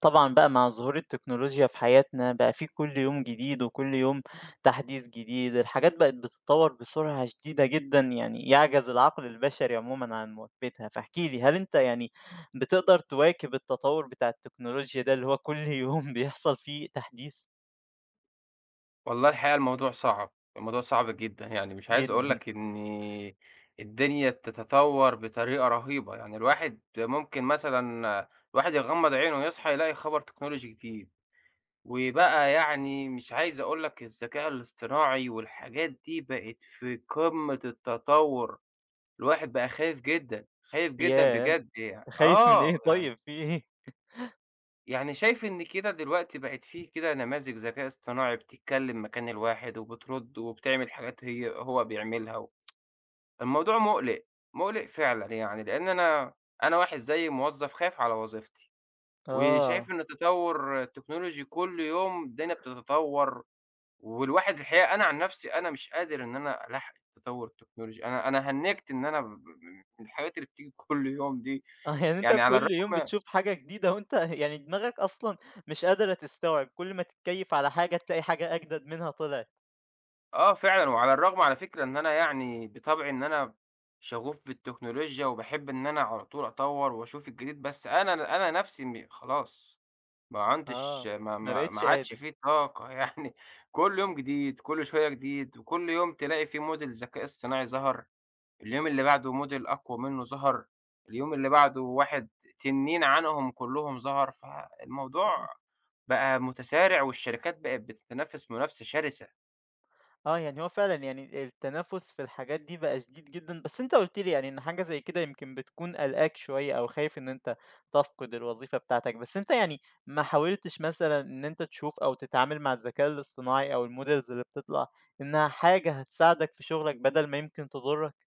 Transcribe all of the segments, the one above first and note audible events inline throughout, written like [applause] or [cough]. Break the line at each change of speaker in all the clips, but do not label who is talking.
طبعًا بقى مع ظهور التكنولوجيا في حياتنا بقى في كل يوم جديد، وكل يوم تحديث جديد، الحاجات بقت بتتطور بسرعة شديدة جدًا، يعني يعجز العقل البشري عمومًا عن مواكبتها، فاحكِ لي هل أنت يعني بتقدر تواكب التطور بتاع التكنولوجيا ده، اللي هو كل يوم [laughs] بيحصل فيه تحديث
والله الحقيقة الموضوع صعب، الموضوع صعب جدًا، يعني مش عايز أقول
جدًا؟
لك إن الدنيا بتتطور بطريقة رهيبة، يعني الواحد ممكن مثلًا الواحد يغمض عينه يصحى يلاقي خبر تكنولوجي جديد، وبقى يعني مش عايز أقول لك الذكاء الاصطناعي والحاجات دي بقت في قمة التطور، الواحد بقى خايف جدًا، خايف جدًا
ياه!
بجد يعني،
خايف من
آه
إيه،
يعني
طيب في إيه؟
يعني شايف إن كده دلوقتي بقت في كده نماذج ذكاء اصطناعي بتتكلم مكان الواحد وبترد وبتعمل حاجات هو بيعملها، الموضوع مقلق، مقلق فعلًا يعني لأن أنا واحد زي موظف خايف على وظيفتي، وشايف
آه،
إن تطور التكنولوجي كل يوم الدنيا بتتطور، والواحد الحقيقة أنا عن نفسي أنا مش قادر إن أنا ألاحق التطور التكنولوجي، أنا هنِّجت إن أنا ب ب من الحاجات اللي بتيجي كل يوم دي،
آه، يعني أنت
يعني على
كل يوم
الرغم
بتشوف حاجة جديدة، وأنت [laughs] يعني دماغك أصلًا مش قادرة تستوعب، كل ما تتكيف على حاجة تلاقي حاجة أجدد منها طلعت.
آه فعلًا، وعلى الرغم على فكرة إن أنا يعني بطبعي إن أنا شغوف بالتكنولوجيا، وباحب إن أنا على طول أطوّر وأشوف الجديد، بس أنا نفسي خلاص ما عُنتش
آه،
ما
ما
ما ما
بقيتش
عادش
قادر.
في طاقة [laughs] يعني كل يوم جديد، كل شوية جديد، وكل يوم تلاقي في model ذكاء اصطناعي ظهر، اليوم اللي بعده model أقوى منه ظهر، اليوم اللي بعده واحد تنين عنهم كلّهم ظهر، فالموضوع
آه،
بقى متسارع، والشركات بقت بتتنافس منافسة شرسة.
آه، يعني هو فعلًا يعني التنافس في الحاجات دي بقى شديد جدًا، بس أنت قُلت لي يعني إن حاجة زي كده يمكن بتكون قالقاك شوية أو خايف إن أنت تفقد الوظيفة بتاعتك، بس أنت يعني ما حاولتش مثلًا إن أنت تشوف أو تتعامل مع الذكاء الاصطناعي أو الmodels اللي بتطلع إنها حاجة هتساعدك في شغلك بدل ما يمكن تضرك؟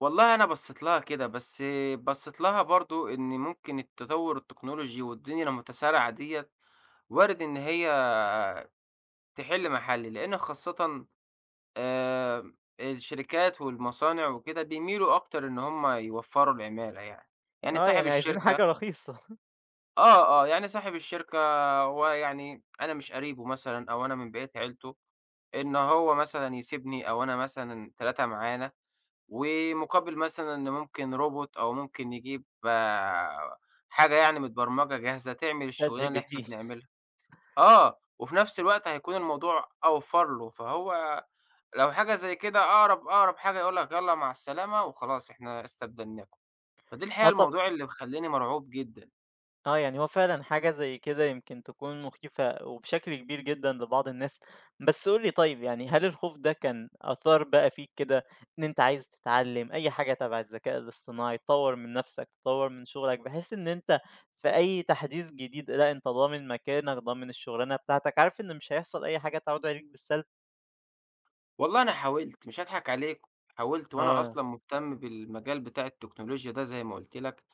والله أنا بصّيت لها كده، بس بصّيت لها برضه إن ممكن التطوّر التكنولوجي والدنيا المتسارعة ديّة وارد إن هي تحِل محلي، لإن خاصةً آآ الشركات والمصانع وكده بيميلوا أكتر إن هم يوفّروا العمالة يعني. يعني
آه،
صاحب
يعني عايزين
الشركة
حاجة رخيصة. [laughs]
آه، آه، يعني صاحب الشركة هو يعني أنا مش قريبه مثلًا أو أنا من بقية عيلته، إن هو مثلًا يسيبني أو أنا مثلًا ال3 معانا ومقابل مثلًا إن ممكن روبوت أو ممكن نجيب حاجة يعني متبرمجة جاهزة تعمل الشغلانة اللي
ChatGPT.
إحنا بنعملها. آه، وفي نفس الوقت هيكون الموضوع أوفر له، فهو لو حاجة زي كده أقرب أقرب حاجة يقول لك يالّا مع السلامة وخلاص إحنا استبدلناكم. فدي الحقيقة
آه، طب،
الموضوع اللي مخلّيني مرعوب جدًا.
آه، يعني هو فعلًا حاجة زي كده يمكن تكون مخيفة وبشكل كبير جدًا لبعض الناس، بس قُل لي طيب يعني هل الخوف ده كان أثار بقى فيك كده إن أنت عايز تتعلم أي حاجة تبع الذكاء الاصطناعي، تطوّر من نَفْسك، تطوّر من شغلك، بحيث إن أنت في أي تحديث جديد لأ أنت ضامن مكانك، ضامن الشغلانة بتاعتك، عارف إن مش هيحصل أي حاجة تعود عليك بالسلب؟
والله أنا حاولت، مش هاضحك عليك، حاولت وأنا
آه،
أصلًا مهتم بالمجال بتاع التكنولوجيا ده زي ما قُلت لك،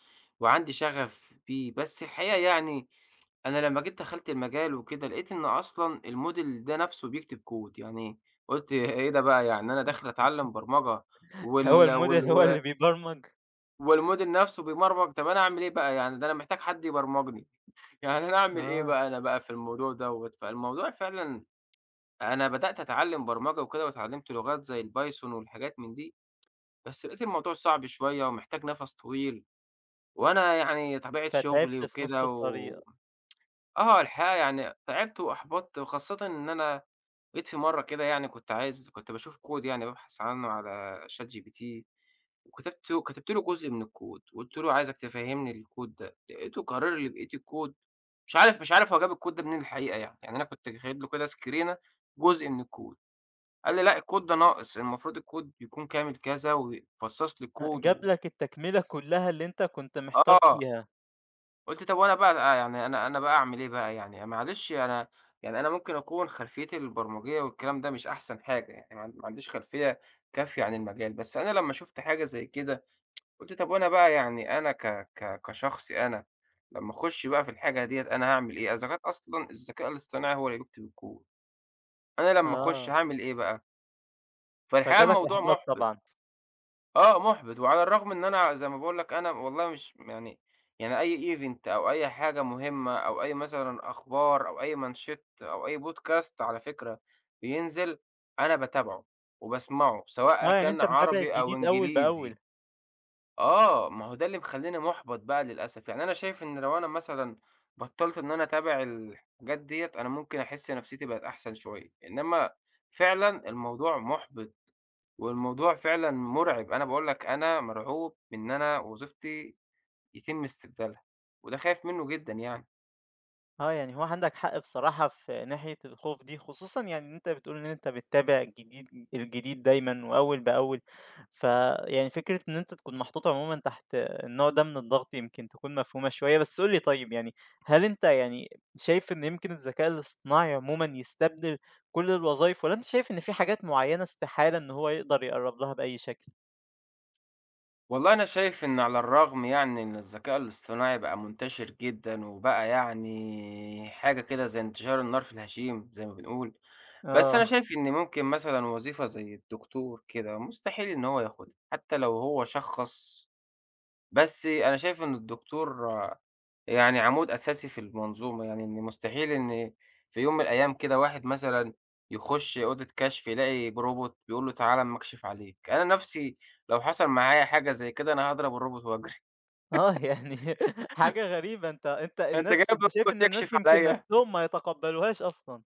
وعندي شغف بيه، بس الحقيقة يعني أنا لمّا جيت دخلت المجال وكده، لقيت إن أصلًا الmodel ده نفسه بيكتب كود، يعني قُلت إيه ده بقى يعني أنا داخل أتعلم برمجة
[laughs] هو
وال وال
الموديل هو
و
اللي بيبرمج.
والmodel نفسه بيبرمج، طب أنا أعمل إيه بقى يعني ده أنا محتاج حد يبرمجني، [laughs] يعني أنا أعمل إيه
آه،
بقى أنا بقى في الموضوع دوّة، فالموضوع فعلًا أنا بدأت أتعلم برمجة وكده واتعلمت لغات زي الPython والحاجات من دي، بس لقيت الموضوع صعب شوية ومحتاج نفس طويل، وأنا يعني طبيعة شغلي
فتعبت في نُص
وكده و
الطريق.
آه الحقيقة يعني تعبت وأحبطت وخاصةً إن أنا جيت في مرّة كده يعني كنت عايز كنت باشوف كود يعني بابحث عنه على ChatGPT وكتبت كتبت له جزء من الكود، وقُلت له عايزك تفهّمني الكود ده، لقيته كرر لي بقية الكود، مش عارف هو جاب الكود ده منين الحقيقة يعني، يعني أنا كنت واخد له كده سكرينة جزء من الكود، قال لي: "لأ الكود ده ناقص، المفروض الكود يكون كامل كذا" وفصّص لي الكود
جاب
و
لك التكملة كلّها اللي أنت كنت محتار
آه.
فيها.
قُلت طب وأنا بقى يعني أنا بقى أعمل إيه بقى يعني؟ معلش أنا يعني أنا ممكن أكون خلفيتي البرمجية والكلام ده مش أحسن حاجة، يعني ما عنديش خلفية كافية عن المجال، بس أنا لمّا شُفت حاجة زي كده قُلت طب وأنا بقى يعني أنا ك ك كشخصي أنا لمّا أخُش بقى في الحاجة ديّة أنا هاعمل إيه؟ إذا كان أصلًا الذكاء الاصطناعي هو اللي بيكتب الكود، أنا لمّا أخُش
آه.
هاعمل إيه بقى؟ فالحقيقة
فجالك
الموضوع
إحباط
مُحبِط.
طبعًا.
آه، مُحبِط، وعلى الرغم إن أنا زي ما باقول لك أنا والله مش يعني أي event أو أي حاجة مهمة أو أي مثلًا أخبار أو أي مانشيت أو أي podcast على فكرة بينزل، أنا باتابعه وباسمعه، سواء
آه، يعني
كان
أنت متابع
عربي أو
الجديد أول
إنجليزي.
بأول.
آه، ما هو ده اللي مخلّيني مُحبَط بقى للأسف، يعني أنا شايف إن لو أنا مثلًا بطّلت إن أنا أتابع الحاجات ديّة، أنا ممكن أحس نفسيتي بقت أحسن شوية، إنما فعلًا الموضوع مُحبِط. والموضوع فعلًا مُرعب، أنا باقول لك أنا مرعوب من إن أنا وظيفتي يتم استبدالها، وده خايف منّه جدًا يعني.
آه، يعني هو عندك حق بصراحة في ناحية الخوف دي، خصوصًا يعني إن أنت بتقول إن أنت بتتابع الجديد الجديد دايمًا وأول بأول، فيعني فكرة إن أنت تكون محطوط عمومًا تحت النوع ده من الضغط يمكن تكون مفهومة شوية. بس قُل لي طيب، يعني هل أنت يعني شايف إن يمكن الذكاء الاصطناعي عمومًا يستبدل كل الوظايف والّا أنت شايف إن في حاجات معيّنة استحالة إن هو يقدر يقرّب لها بأي شكل؟
والله أنا شايف إن على الرغم يعني إن الذكاء الاصطناعي بقى منتشر جدًا، وبقى يعني حاجة كده زي انتشار النار في الهشيم زي ما بنقول، بس أنا
آه.
شايف إن ممكن مثلًا وظيفة زي الدكتور كده مستحيل إن هو ياخدها، حتى لو هو شخّص، بس أنا شايف إن الدكتور يعني عمود أساسي في المنظومة، يعني إن مستحيل إن في يوم من الأيام كده واحد مثلًا يخش أوضة كشف يلاقي روبوت بيقول له تعالَ أمّا أكشف عليك، أنا نفسي لو حصل معايا حاجة زي كده أنا هاضرب الروبوت وأجري،
آه، يعني [laughs] حاجة غريبة،
[laughs] أنت جايب
أنت شايف
روبوت
إن
يكشف
الناس يمكن
عليَّ!
نَفْسهم ما يتقبّلوهاش أصلًا.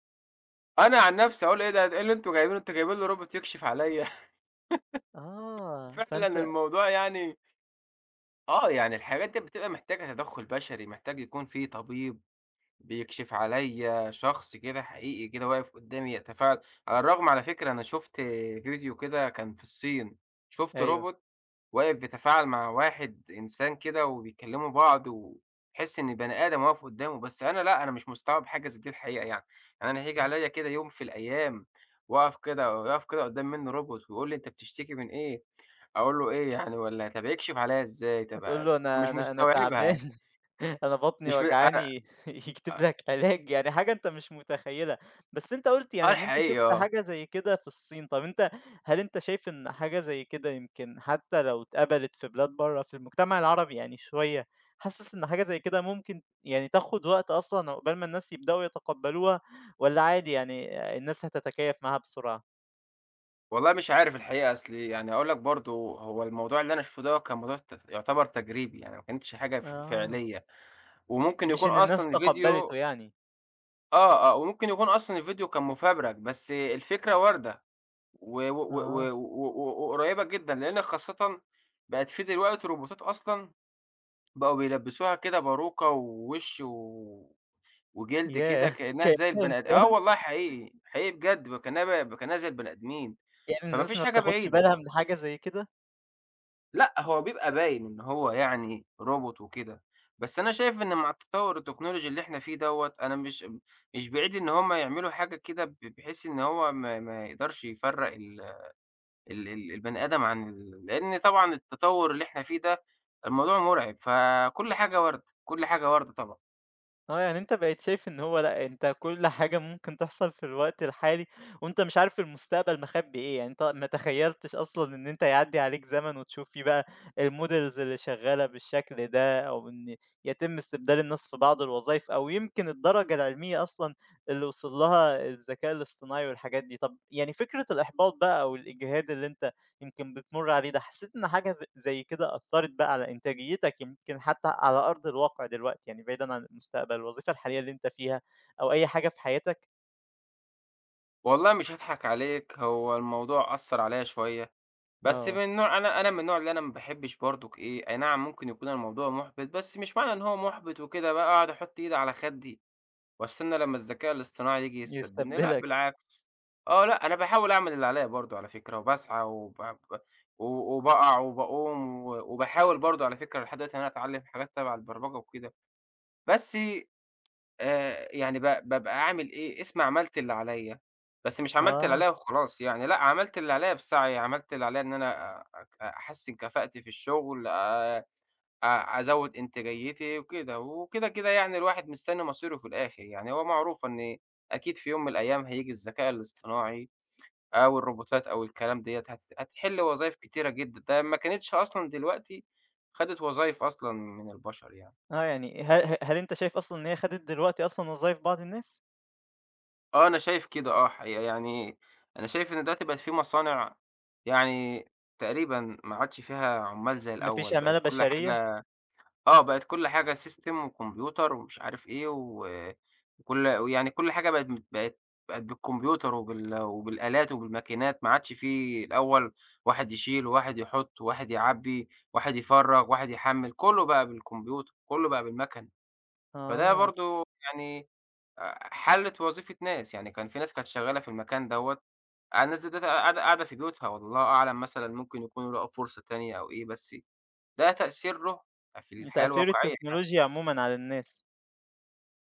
أنا عن نفسي هاقول إيه ده إيه اللي أنتم جايبينه أنتم جايبين لي روبوت يكشف عليَّ! [laughs]
آه،
فعلًا
فأنت
الموضوع يعني آه، يعني الحاجات دي بتبقى محتاجة تدخُّل بشري، محتاج يكون في طبيب بيكشف عليّا شخص كده حقيقي كده واقف قدّامي يتفاعل على الرغم على فكرة أنا شُفت فيديو كده كان في الصين، شُفت
أيوه.
روبوت واقف بيتفاعل مع واحد إنسان كده وبيكلّموا بعض وتحس إن بني آدم واقف قدّامه، بس أنا لأ، أنا مش مستوعب حاجة زي دي الحقيقة يعني، يعني أنا هييجي عليّا كده يوم في الأيام وأقف كده ويقف كده قدّام منّي روبوت ويقول لي: "أنت بتشتكي من إيه؟" أقول له إيه يعني والّا طَب هيكشف عليّا إزاي؟ طَب
هتقول له أنا
مش
أنا أنا تعبان،
مستوعبها،
[laughs] أنا بطني
مش م أنا أ
وجعاني، [laughs] يكتب لك علاج، يعني حاجة أنت مش متخيّلها. بس أنت قُلت
آه
يعني إن أنت
الحقيقي
شُفت
آه.
حاجة زي كده في الصين، طَب هل أنت شايف إن حاجة زي كده يمكن حتى لو اتقبلت في بلاد برّه، في المجتمع العربي يعني شوية، حاسس إن حاجة زي كده ممكن يعني تاخد وقت أصلًا عقبال ما الناس يبدؤوا يتقبّلوها والّا عادي يعني الناس هتتكيّف معاها بسرعة؟
والله مش عارف الحقيقة أصل يعني أقول لك برضه هو الموضوع اللي أنا شُفته دوّة كان موضوع يُعتبر تجريبي، يعني ما كانتش حاجة
آه،
فعلية، وممكن
مش
يكون
إن الناس
أصلًا
تقبّلته
الفيديو
يعني.
آه، آه، وممكن يكون أصلًا الفيديو كان مُفبرك، بس الفكرة واردة و و و و
آه،
و وقريّبة جدًا، لإن خاصةً بقت في دلوقتي روبوتات أصلًا بقوا بيلبّسوها كده باروكة ووِش و وجلد كده
ياه! [laughs]
كإنّها زي
كإنها
البني آه
إنسان.
والله حقيقي، حقيقي بجد، وكإنّها كإنّها زي البني آدمين،
يعني
فما
الناس
فيش
ما
حاجة
بتاخدش
بعيدة.
بالها من حاجة زي كده؟
لأ، هو بيبقى باين إن هو يعني روبوت وكده، بس أنا شايف إن مع التطوّر التكنولوجي اللي إحنا فيه دوّة، أنا مش بعيد إن هم يعملوا حاجة كده بحيث إن هو ما يقدرش يفرّق ال البني آدم عن لإن طبعًا التطوّر اللي إحنا فيه ده الموضوع مُرعب، فكل حاجة وارد، كل حاجة واردة طبعًا.
آه، يعني أنت بقيت شايف إن هو لأ، أنت كل حاجة ممكن تحصل في الوقت الحالي، وأنت مش عارف المستقبل مخبي إيه، يعني أنت ما تخيلتش أصلًا إن أنت يعدي عليك زمن وتشوف فيه بقى الmodels اللي شغالة بالشكل ده، أو إن يتم استبدال الناس في بعض الوظايف، أو يمكن الدرجة العلمية أصلًا اللي وصل لها الذكاء الاصطناعي والحاجات دي. طب يعني فكرة الإحباط بقى أو الإجهاد اللي أنت يمكن بتمُر عليه ده، حسّيت إن حاجة زي كده أثّرت بقى على إنتاجيتك يمكن حتى على أرض الواقع دلوقتي، يعني بعيدًا عن المستقبل، الوظيفة الحالية اللي أنت فيها أو أي حاجة في حياتك؟
والله مش هاضحك عليك، هو الموضوع أثّر عليَّ شوية. بس
آه.
من نوع أنا من النوع اللي أنا ما باحبش برضك إيه، أي نعم ممكن يكون الموضوع مُحبِط، بس مش معنى إن هو مُحبِط وكده بقى أقعد أحُط إيدي على خدي واستنى لمّا الذكاء الاصطناعي ييجي يستبدلني، لأ
يستبدلك.
بالعكس. آه، لأ أنا باحاول أعمل اللي عليّا برضه على فكرة وباسعى وب ب و وباقع وباقوم وباحاول برضه على فكرة لحد دلوقتي إن أنا أتعلّم حاجات تَبَع البرمجة وكده، بس يعني بابقى عامل إيه، اسمي عملت اللي عليَّ، بس مش عملت اللي
آه،
عليَّ وخلاص يعني، لأ عملت اللي عليَّ بسعي، عملت اللي عليَّ إن أنا أحسّن كفاءتي في الشغل، أ أزوّد إنتاجيتي وكده، وكده، كده يعني الواحد مستني مصيره في الآخر، يعني هو معروف إن أكيد في يوم من الأيام هييجي الذكاء الاصطناعي أو الروبوتات أو الكلام ديّة هتحل وظايف كتيرة جدًا، ده ما كانتش أصلًا دلوقتي خدت وظايف أصلًا من البشر يعني.
آه، يعني هل هل أنت شايف أصلًا إن هي خدت دلوقتي أصلًا وظايف بعض الناس؟
آه، أنا شايف كده آه، حقيقة يعني أنا شايف إن دلوقتي بقت في مصانع يعني تقريبًا ما عادش فيها عمّال زي
ما
الأول،
فيش
بقت
عمالة
كل
بشرية؟
حاجة آه، بقت كل حاجة سيستم وكمبيوتر ومش عارف إيه و وكل ويعني كل حاجة بقت بقت بالكمبيوتر وبال وبالآلات وبالماكينات، ما عادش في الأول واحد يشيل وواحد يحُط وواحد يعبّي، واحد يفرّغ، واحد يحمّل، كُلّه بقى بالكمبيوتر، كُلّه بقى بالمَكَن. فده
آه،
برضه يعني حلِّت وظيفة ناس، يعني كان في ناس كانت شغّالة في المكان دوّة، الناس ديّة قاعدة قاعدة في بيوتها والله أعلم مثلًا ممكن يكونوا لقوا فرصة تانية أو إيه، بس ده تأثيره في الحياة
تأثير
الواقعية يعني.
التكنولوجيا عمومًا على الناس.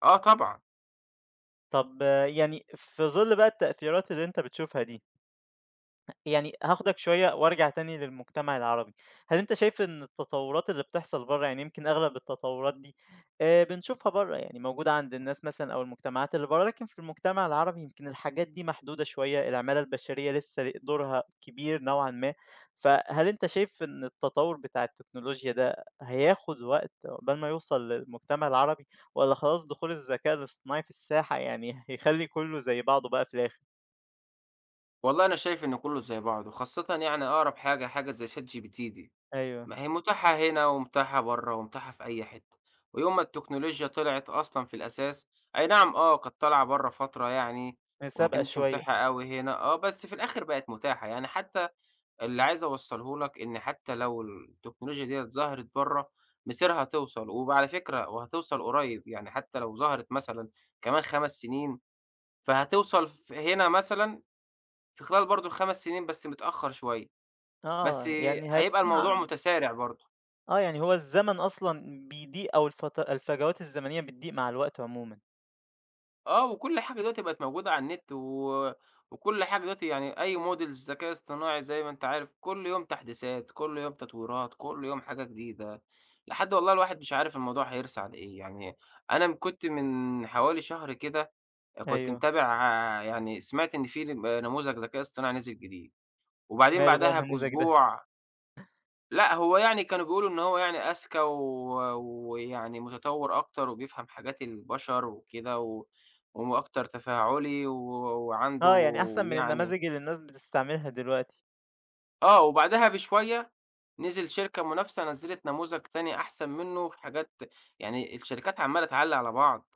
آه طبعًا،
طَب آه، يعني في ظِل بقى التأثيرات اللي أنت بتشوفها دي، يعني هاخدك شوية وارجع تاني للمجتمع العربي، هل أنت شايف إن التطورات اللي بتحصل برّه، يعني يمكن أغلب التطورات دي بنشوفها برّه، يعني موجودة عند الناس مثلًا أو المجتمعات اللي برّه، لكن في المجتمع العربي يمكن الحاجات دي محدودة شوية، العمالة البشرية لسه دورها كبير نوعًا ما، فهل أنت شايف إن التطور بتاع التكنولوجيا ده هياخد وقت عقبال ما يوصل للمجتمع العربي، والّا خلاص دخول الذكاء الاصطناعي في الساحة يعني هيخلّي كله زي بعضه بقى في الآخر؟
والله أنا شايف إن كُلّه زي بعضه، خاصةً يعني أقرب حاجة، حاجة زي ChatGPT دي.
أيوه،
ما هي متاحة هنا ومتاحة برّه ومتاحة في أي حتّة، ويوم ما التكنولوجيا طلعت أصلًا في الأساس أي نعم آه، كانت طالعة برّه فترة يعني وما
مسابقة
كانتش
شوية.
متاحة أوي هنا آه، بس في الآخر بقت متاحة، يعني حتّى اللي عايز أوصّله لك إن حتّى لو التكنولوجيا ديّة ظهرت برّه مصيرها توصل، وعلى فكرة وهتوصل قريّب، يعني حتّى لو ظهرت مثلًا كمان 5 سنين فهتوصل هنا مثلًا في خلال برضه ال5 سنين بس متأخّر شوية، بس
آه، يعني
هيبقى
هيكون
الموضوع متسارع برضه.
آه، يعني هو الزمن أصلًا بيضيق، أو الفجوات الزمنية بتضيق مع الوقت عمومًا.
آه، وكل حاجة دلوقتي بقت موجودة على النت و وكل حاجة دلوقتي يعني أي model ذكاء اصطناعي زي ما أنت عارف، كل يوم تحديثات، كل يوم تطويرات، كل يوم حاجة جديدة، لحد والله الواحد مش عارف الموضوع هيرسى على إيه، يعني أنا كنت من حوالي شهر كده كنت
أيوه،
متابع يعني سمعت إن في نموذج ذكاء اصطناعي نزل جديد، وبعدين
ماله بقى
بعدها
النموذج ده؟
بأسبوع لأ، هو يعني كانوا بيقولوا إن هو يعني أذكى و ويعني متطوّر أكتر وبيفهم حاجات البشر وكده و وأكتر تفاعلي و وعنده
آه، يعني أحسن من
يعني
النماذج اللي الناس بتستعملها دلوقتي.
آه، وبعدها بشوية نزل شركة منافسة نزّلت نموذج تاني أحسن منّه في حاجات يعني الشركات عمّالة تعلّي على بعض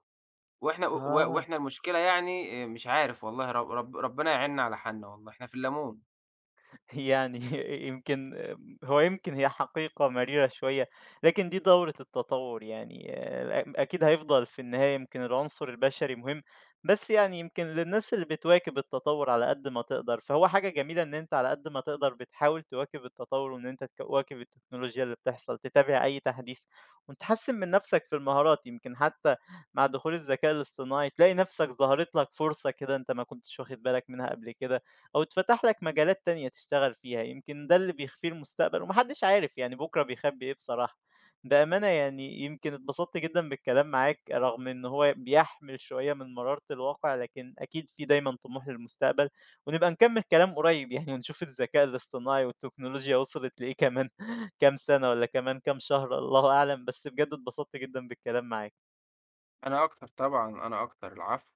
وإحنا و
آه.
وإحنا المشكلة يعني مش عارف والله رب رب ربنا يعيننا على حالنا والله، إحنا في الليمون.
يعني [laughs] يمكن هو يمكن هي حقيقة مريرة شوية، لكن دي دورة التطور، يعني آه، أكيد هيفضل في النهاية يمكن العنصر البشري مهم، بس يعني يمكن للناس اللي بتواكب التطور على قد ما تقدر فهو حاجة جميلة إن أنت على قد ما تقدر بتحاول تواكب التطور وإن أنت تواكب التكنولوجيا اللي بتحصل، تتابع أي تحديث وتحسن من نفسك في المهارات، يمكن حتى مع دخول الذكاء الاصطناعي تلاقي نفسك ظهرت لك فرصة كده أنت ما كنتش واخد بالك منها قبل كده، أو اتفتح لك مجالات تانية تشتغل فيها، يمكن ده اللي بيخفيه المستقبل وما حدش عارف، يعني بُكرة بيخبي إيه بصراحة. بأمانة يعني يمكن اتبسطت جدًا بالكلام معاك، رغم إن هو بيحمل شوية من مرارة الواقع، لكن أكيد في دايمًا طموح للمستقبل، ونبقى نكمّل كلام قريب يعني ونشوف الذكاء الاصطناعي والتكنولوجيا وصلت لإيه كمان [laughs] كام سنة والّا كمان كام شهر، الله أعلم، بس بجد اتبسطت جدًا بالكلام معاك.
أنا أكتر طبعًا، أنا أكتر، العفو.